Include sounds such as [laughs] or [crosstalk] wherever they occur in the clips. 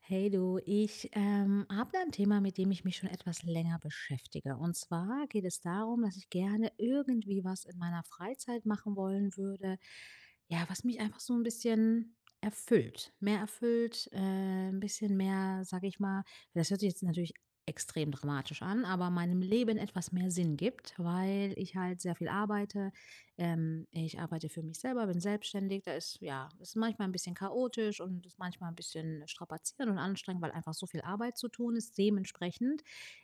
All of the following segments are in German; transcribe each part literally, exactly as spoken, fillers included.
Hey du, ich ähm, habe da ein Thema, mit dem ich mich schon etwas länger beschäftige. Und zwar geht es darum, dass ich gerne irgendwie was in meiner Freizeit machen wollen würde, ja, was mich einfach so ein bisschen erfüllt. Mehr erfüllt, äh, ein bisschen mehr, sage ich mal, das hört sich jetzt natürlich extrem dramatisch an, aber meinem Leben etwas mehr Sinn gibt, weil ich halt sehr viel arbeite. Ähm, ich arbeite für mich selber, bin selbstständig. Da ist, ja, ist manchmal ein bisschen chaotisch und ist manchmal ein bisschen strapazierend und anstrengend, weil einfach so viel Arbeit zu tun ist. Dementsprechend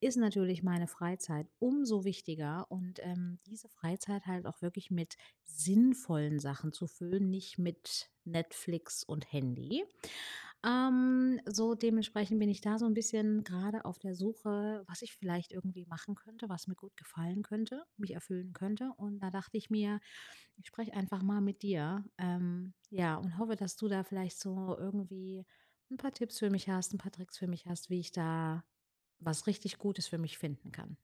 ist natürlich meine Freizeit umso wichtiger und ähm, diese Freizeit halt auch wirklich mit sinnvollen Sachen zu füllen, nicht mit Netflix und Handy. Ähm, so dementsprechend bin ich da so ein bisschen gerade auf der Suche, was ich vielleicht irgendwie machen könnte, was mir gut gefallen könnte, mich erfüllen könnte. Und da dachte ich mir, ich spreche einfach mal mit dir, ähm, ja, und hoffe, dass du da vielleicht so irgendwie ein paar Tipps für mich hast, ein paar Tricks für mich hast, wie ich da was richtig Gutes für mich finden kann.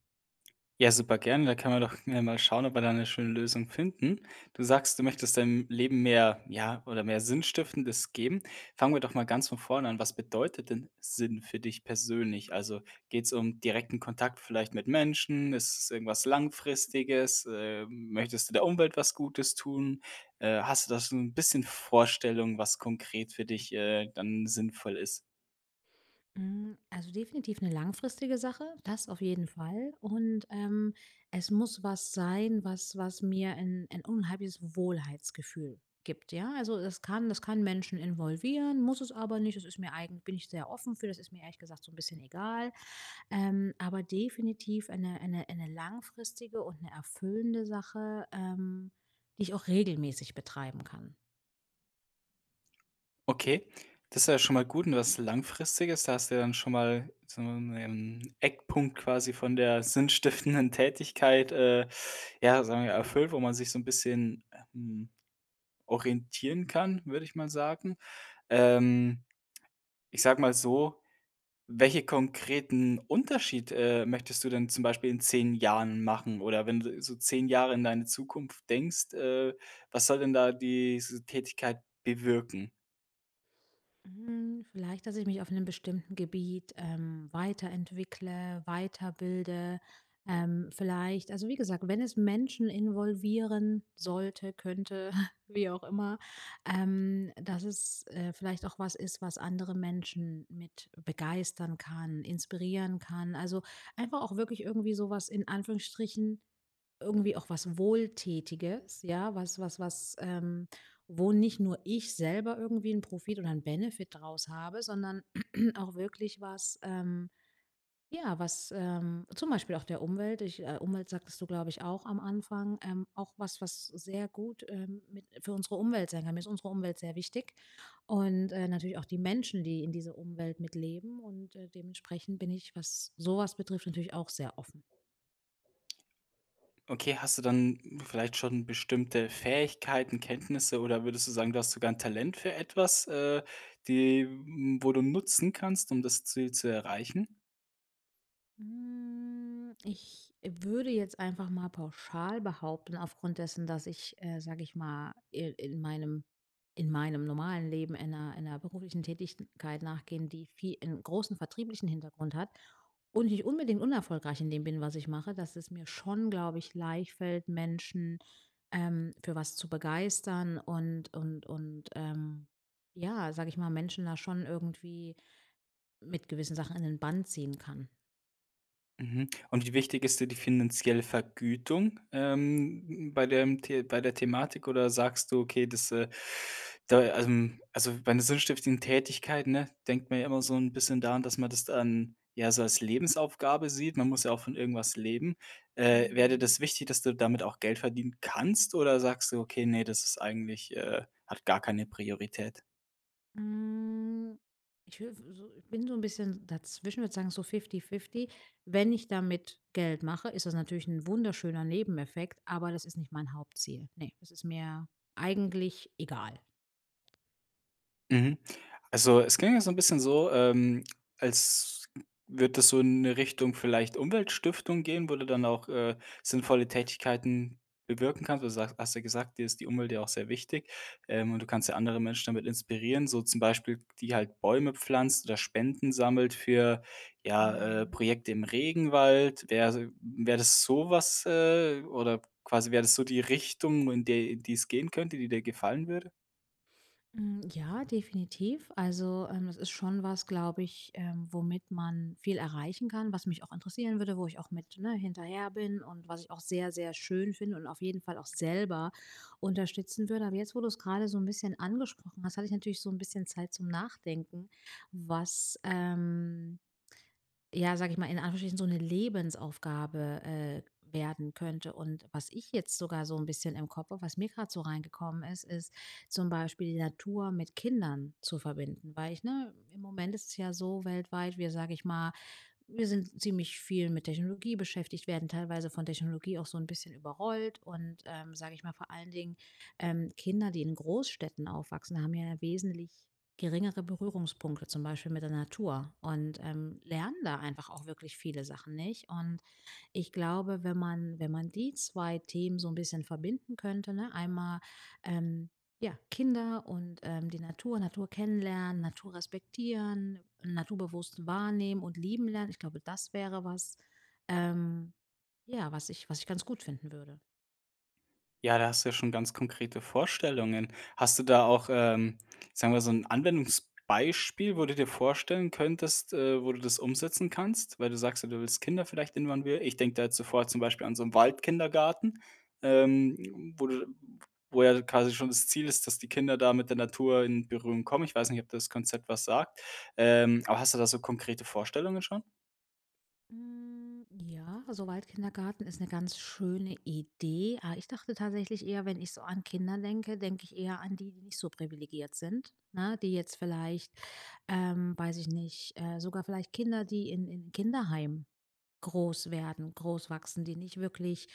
Ja, super gerne. Da kann man doch schnell mal schauen, ob wir da eine schöne Lösung finden. Du sagst, du möchtest deinem Leben mehr, ja oder mehr Sinnstiftendes geben. Fangen wir doch mal ganz von vorne an. Was bedeutet denn Sinn für dich persönlich? Also, geht's um direkten Kontakt vielleicht mit Menschen? Ist es irgendwas Langfristiges? Äh, möchtest du der Umwelt was Gutes tun? Äh, hast du da so 'n bisschen Vorstellung, was konkret für dich, äh, dann sinnvoll ist? Hm, also definitiv eine langfristige Sache, das auf jeden Fall. Und, ähm, es muss was sein, was was mir ein ein unheimliches Wohlheitsgefühl gibt, ja? Also, das kann das kann Menschen involvieren, muss es aber nicht. Das ist mir eigen bin ich sehr offen für, das ist mir ehrlich gesagt so ein bisschen egal. Ähm, aber definitiv eine eine eine langfristige und eine erfüllende Sache, ähm, die ich auch regelmäßig betreiben kann. Okay, das ist ja schon mal gut und was Langfristiges. Da hast du ja dann schon mal so einen ähm, Eckpunkt quasi von der sinnstiftenden Tätigkeit, äh, ja, sagen wir, erfüllt, wo man sich so ein bisschen, ähm, orientieren kann, würde ich mal sagen. Ähm, Ich sage mal so, welche konkreten Unterschied äh, möchtest du denn zum Beispiel in zehn Jahren machen? Oder wenn du so zehn Jahre in deine Zukunft denkst, äh, was soll denn da diese Tätigkeit bewirken? Hm, vielleicht, dass ich mich auf einem bestimmten Gebiet, ähm, weiterentwickle, weiterbilde. Ähm, vielleicht also, wie gesagt, wenn es Menschen involvieren sollte, könnte, [laughs] wie auch immer, ähm, dass es, äh, vielleicht auch was ist, was andere Menschen mit begeistern kann, inspirieren kann. Also, einfach auch wirklich irgendwie sowas in Anführungsstrichen irgendwie auch was Wohltätiges, ja, was was was, ähm wo nicht nur ich selber irgendwie einen Profit oder einen Benefit draus habe, sondern [clears throat] auch wirklich was, ähm ja, was, ähm zum Beispiel auch der Umwelt ich äh, Umwelt sagtest du, glaube ich, auch am Anfang, ähm, auch was, was sehr gut, ähm, mit für unsere Umwelt sein kann. Mir ist unsere Umwelt sehr wichtig und, äh, natürlich auch die Menschen, die in dieser Umwelt mitleben und, äh, dementsprechend bin ich, was sowas betrifft, natürlich auch sehr offen. Okay, hast du dann vielleicht schon bestimmte Fähigkeiten, Kenntnisse oder würdest du sagen, du hast sogar ein Talent für etwas, äh, die wo du nutzen kannst, um das Ziel zu erreichen? Hm, ich würde jetzt einfach mal pauschal behaupten, aufgrund dessen, dass ich, äh, sage ich mal, i in meinem in meinem normalen Leben in einer in 'ner beruflichen Tätigkeit nachgehe, die viel 'n großen vertrieblichen Hintergrund hat und nicht unbedingt unerfolgreich in dem bin, was ich mache, dass es mir schon, glaube ich, leicht fällt, Menschen, ähm, für was zu begeistern und und und, ähm, ja, sage ich mal, Menschen da schon irgendwie mit gewissen Sachen in den Band ziehen kann. Mhm. Und wie wichtig ist dir die finanzielle Vergütung, ähm, bei dem The bei der Thematik, oder sagst du: „Okay, das, äh, da, ähm“ also, bei 'ner sinnstiftenden Tätigkeit, ne, denkt man ja immer so ein bisschen daran, dass man das dann, ja, so als Lebensaufgabe sieht. Man muss ja auch von irgendwas leben. Äh, wäre dir Mhm. das wichtig, dass du damit auch Geld verdienen kannst, oder sagst du: „Okay, nee, das ist eigentlich, äh hat gar keine Priorität?“ Hm, ich will so ich bin so ein bisschen dazwischen, würde sagen, so fifty-fifty. Wenn ich damit Geld mache, ist das natürlich ein wunderschöner Nebeneffekt, aber das ist nicht mein Hauptziel. Ne, es ist mir eigentlich egal. Mhm. Also, es klingt ja so ein bisschen so, ähm, als wird das so in 'ne Richtung vielleicht Umweltstiftung gehen, wo du dann auch, äh, sinnvolle Tätigkeiten bewirken kannst. Du sagst Hast ja gesagt, dir ist die Umwelt ja auch sehr wichtig, ähm, und du kannst ja andere Menschen damit inspirieren, so zum Beispiel, die halt Bäume pflanzt oder Spenden sammelt für, ja, äh, Mhm. Projekte im Regenwald. Wäre Wär so das sowas äh, oder quasi, wäre das so die Richtung, in der in die es gehen könnte, die dir gefallen würde? Hm, ja, definitiv. Also, ähm, das ist schon was, glaube ich, ähm, womit man viel erreichen kann, was mich auch interessieren würde, wo ich auch mit, ne, hinterher bin und was ich auch sehr, sehr schön finde und auf jeden Fall auch selber unterstützen würde. Aber jetzt, wo du es gerade so ein bisschen angesprochen hast, hatte ich natürlich so ein bisschen Zeit zum Nachdenken, was, ähm ja, sage ich mal, in Anführungsstrichen so eine Lebensaufgabe, äh, werden könnte. Und was ich jetzt sogar so ein bisschen im Kopf habe, was mir gerade so reingekommen ist, ist zum Beispiel die Natur mit Kindern zu verbinden. Weil ich ne, im Moment ist es ja so weltweit, wir, sage ich mal wir sind ziemlich viel mit Technologie beschäftigt, werden teilweise von Technologie auch so ein bisschen überrollt und, ähm, sage ich mal, vor allen Dingen, ähm, Kinder, die in Großstädten aufwachsen, haben ja wesentlich geringere Berührungspunkte, zum Beispiel mit der Natur und, ähm, lernen da einfach auch wirklich viele Sachen nicht und ich glaube, wenn man wenn man die zwei Themen so ein bisschen verbinden könnte, ne, einmal, ähm, ja, Kinder und, ähm, die Natur, Natur kennenlernen, Natur respektieren, naturbewusst wahrnehmen und lieben lernen. Ich glaube, das wäre was, ähm, ja, was ich was ich ganz gut finden würde. Ja, da hast du ja schon ganz konkrete Vorstellungen. Hast du da auch, ähm, sagen wir, so ein Anwendungsbeispiel, wo du dir vorstellen könntest, äh, wo du das umsetzen kannst? Weil du sagst ja, du willst Kinder vielleicht involvieren. Ich denke da jetzt sofort zum Beispiel an so einen Waldkindergarten, ähm, wo du wo ja quasi schon das Ziel ist, dass die Kinder da mit der Natur in Berührung kommen. Ich weiß nicht, ob das Konzept was sagt. Ähm, aber hast du da so konkrete Vorstellungen schon? Hm, ja, soweit Kindergarten ist eine ganz schöne Idee. Ah, ich dachte tatsächlich eher, wenn ich so an Kinder denke, denke ich eher an die, die nicht so privilegiert sind, ne? Die jetzt vielleicht, ähm, weiß ich nicht, äh, sogar vielleicht Kinder, die in in Kinderheim groß werden, groß wachsen, die nicht wirklich,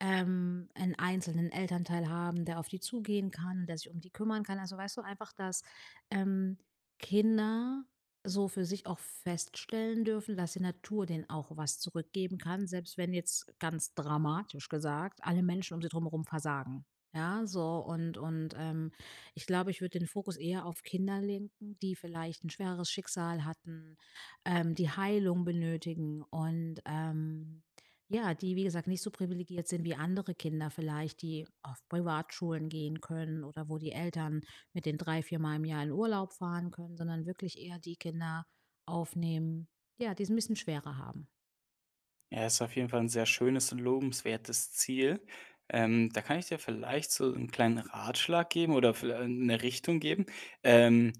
ähm, 'n einzelnen Elternteil haben, der auf die zugehen kann und der sich um die kümmern kann. Also, weißt du, einfach, dass, ähm, Kinder so für sich auch feststellen dürfen, dass die Natur denen auch was zurückgeben kann, selbst wenn jetzt ganz dramatisch gesagt alle Menschen um sie drumherum versagen. Ja, so und und, ähm, ich glaube, ich würde den Fokus eher auf Kinder lenken, die vielleicht ein schwereres Schicksal hatten, ähm, die Heilung benötigen und, ähm, ja, die, wie gesagt, nicht so privilegiert sind wie andere Kinder vielleicht, die auf Privatschulen gehen können oder wo die Eltern mit den drei, viermal im Jahr in Urlaub fahren können, sondern wirklich eher die Kinder aufnehmen, ja, die es ein bisschen schwerer haben. Ja, ist auf jeden Fall ein sehr schönes und lobenswertes Ziel. Ähm, da kann ich dir vielleicht so einen kleinen Ratschlag geben oder viellei 'ne Richtung geben. Ähm,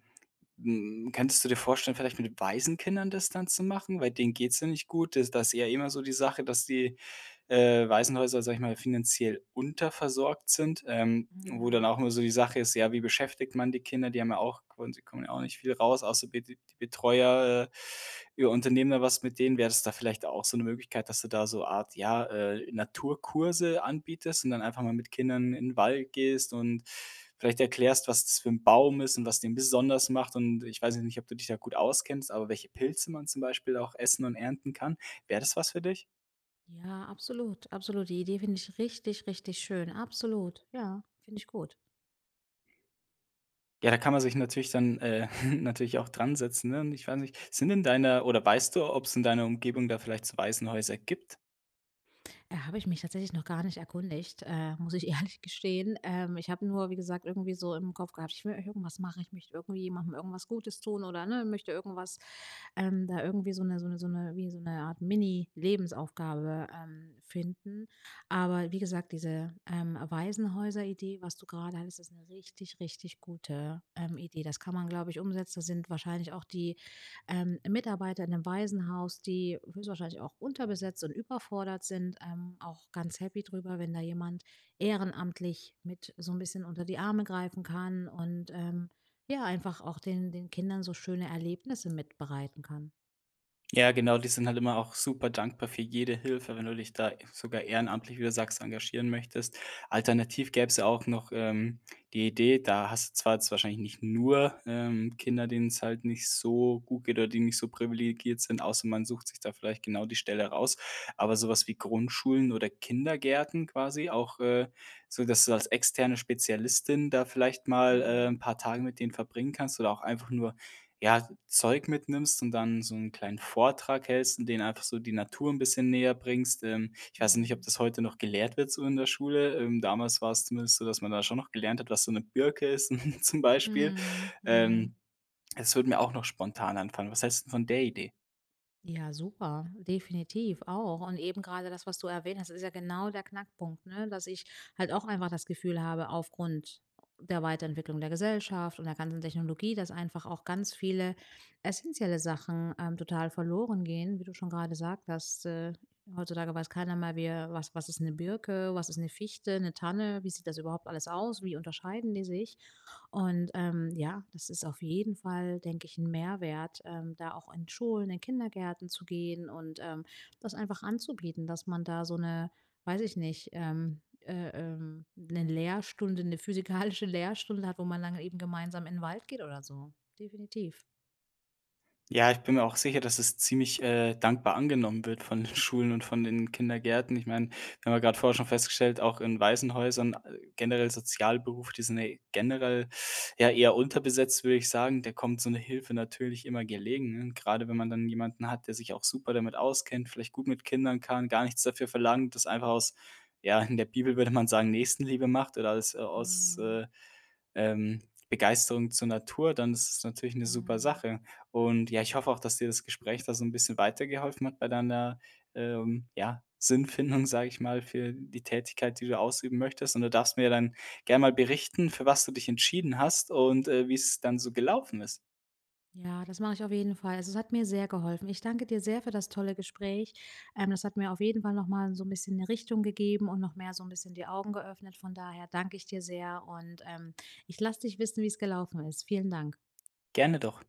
hm, Könntest du dir vorstellen, vielleicht mit Waisenkindern das dann zu machen? Weil denen geht's ja nicht gut. Das da ist ja immer so die Sache, dass die äh, Waisenhäuser, sage ich mal, finanziell unterversorgt sind, ähm, wo dann Mhm. auch immer so die Sache ist, ja, wie beschäftigt man die Kinder? Die haben ja auch, sie kommen ja auch nicht viel raus, außer Bet die Betreuer, äh, ja, unternehmen da was mit denen. Wäre das da vielleicht auch so eine Möglichkeit, dass du da so Art, ja, äh, Naturkurse anbietest und dann einfach mal mit Kindern in 'n Wald gehst und vielleicht erklärst, was das für ein Baum ist und was den besonders macht, und ich weiß nicht, ob du dich da gut auskennst, aber welche Pilze man zum Beispiel auch essen und ernten kann. Wäre das was für dich? Ja, absolut, absolut. Die Idee finde ich richtig, richtig schön. Absolut, ja, finde ich gut. Ja, da kann man sich natürlich dann, äh, [laughs] natürlich auch dran setzen, ne? Und ich weiß nicht, sind in deiner, oder weißt du, ob es in deiner Umgebung da vielleicht so Waisenhäuser gibt? Äh, habe ich mich tatsächlich noch gar nicht erkundigt, äh, muss ich [laughs] ehrlich gestehen. Ähm, ich habe nur, wie gesagt, irgendwie so im Kopf gehabt, ich will irgendwas machen, ich möchte irgendwie jemandem irgendwas Gutes tun oder ne, möchte irgendwas, ähm, da irgendwie so eine, so eine, so eine, wie so eine Art Mini-Lebensaufgabe ähm, finden. Aber wie gesagt, diese ähm, Waisenhäuser-Idee, was du gerade hattest, ist eine richtig, richtig gute ähm, Idee. Das kann man, glaube ich, umsetzen. Da sind wahrscheinlich auch die ähm, Mitarbeiter in einem Waisenhaus, die höchstwahrscheinlich auch unterbesetzt und überfordert sind, ähm, auch ganz happy drüber, wenn da jemand ehrenamtlich mit so ein bisschen unter die Arme greifen kann und ähm, ja, einfach auch den, den Kindern so schöne Erlebnisse mitbereiten kann. Ja, genau, die sind halt immer auch super dankbar für jede Hilfe, wenn du dich da sogar ehrenamtlich, wie du sagst, engagieren möchtest. Alternativ gäbe es ja auch noch, ähm, die Idee, da hast du zwar jetzt wahrscheinlich nicht nur, ähm, Kinder, denen es halt nicht so gut geht oder die nicht so privilegiert sind, außer man sucht sich da vielleicht genau die Stelle raus, aber sowas wie Grundschulen oder Kindergärten quasi auch, äh, so dass du als externe Spezialistin da vielleicht mal, äh, 'n Mhm. paar Tage mit denen verbringen kannst oder auch einfach nur ja, Zeug mitnimmst und dann so einen kleinen Vortrag hältst und denen einfach so die Natur ein bisschen näher bringst. Ähm, ich weiß nicht, ob Mhm. das heute noch gelehrt wird so in der Schule. Ähm, damals war's zumindest so, dass man da schon noch gelernt hat, was so eine Birke ist [laughs] zum Beispiel. Mhm. Mhm. Ähm, Das würde mir auch noch spontan einfallen. Was hältst 'n von der Idee? Ja, super, definitiv auch. Und eben gerade das, was du erwähnt hast, ist ja genau der Knackpunkt, ne? Dass ich halt auch einfach das Gefühl habe, aufgrund der Weiterentwicklung der Gesellschaft und der ganzen Technologie, dass einfach auch ganz viele essentielle Sachen ähm, total verloren gehen, wie du schon gerade gesagt hast. Äh, heutzutage weiß keiner mehr, wie, was, was ist eine Birke, was ist eine Fichte, eine Tanne, wie sieht das überhaupt alles aus, wie unterscheiden die sich? Und ähm, ja, das ist auf jeden Fall, denke ich, ein Mehrwert, ähm, da auch in Schulen, in Kindergärten zu gehen und, ähm, das einfach anzubieten, dass man da so eine weiß ich nicht, ähm, äh, ähm, 'ne Lehrstunde eine physikalische Lehrstunde hat, wo man dann eben gemeinsam in 'n Wald geht oder so. Definitiv. Ja, ich bin mir auch sicher, dass es ziemlich, äh, dankbar angenommen wird von den [laughs] Schulen und von den Kindergärten. Ich meine, wir haben ja grad vorher schon festgestellt, auch in Waisenhäusern, äh, generell Sozialberufe, die sind ja generell, ja, eher unterbesetzt, würde ich sagen. Da kommt so eine Hilfe natürlich immer gelegen, ne? Grade wenn man dann jemanden hat, der sich auch super damit auskennt, vielleicht gut mit Kindern kann, gar nichts dafür verlangt, das einfach aus, ja, in der Bibel würde man sagen, Nächstenliebe macht, oder als, äh, aus, Mhm, äh ähm, Begeisterung zur Natur, dann ist es natürlich eine super mhm. Sache. Und ja, ich hoffe auch, dass dir das Gespräch da so ein bisschen weitergeholfen hat bei deiner, ähm, ja, Sinnfindung, sage ich mal, für die Tätigkeit, die du ausüben möchtest. Und du darfst mir dann gern mal berichten, für was du dich entschieden hast und, äh, wie es dann so gelaufen ist. Ja, das mache ich auf jeden Fall. Also, es hat mir sehr geholfen. Ich danke dir sehr für das tolle Gespräch. Ähm, das hat mir auf jeden Fall noch mal so ein bisschen eine Richtung gegeben und noch mehr so ein bisschen die Augen geöffnet. Von daher danke ich dir sehr und, ähm, ich lasse dich wissen, wie es gelaufen ist. Vielen Dank. Gerne doch.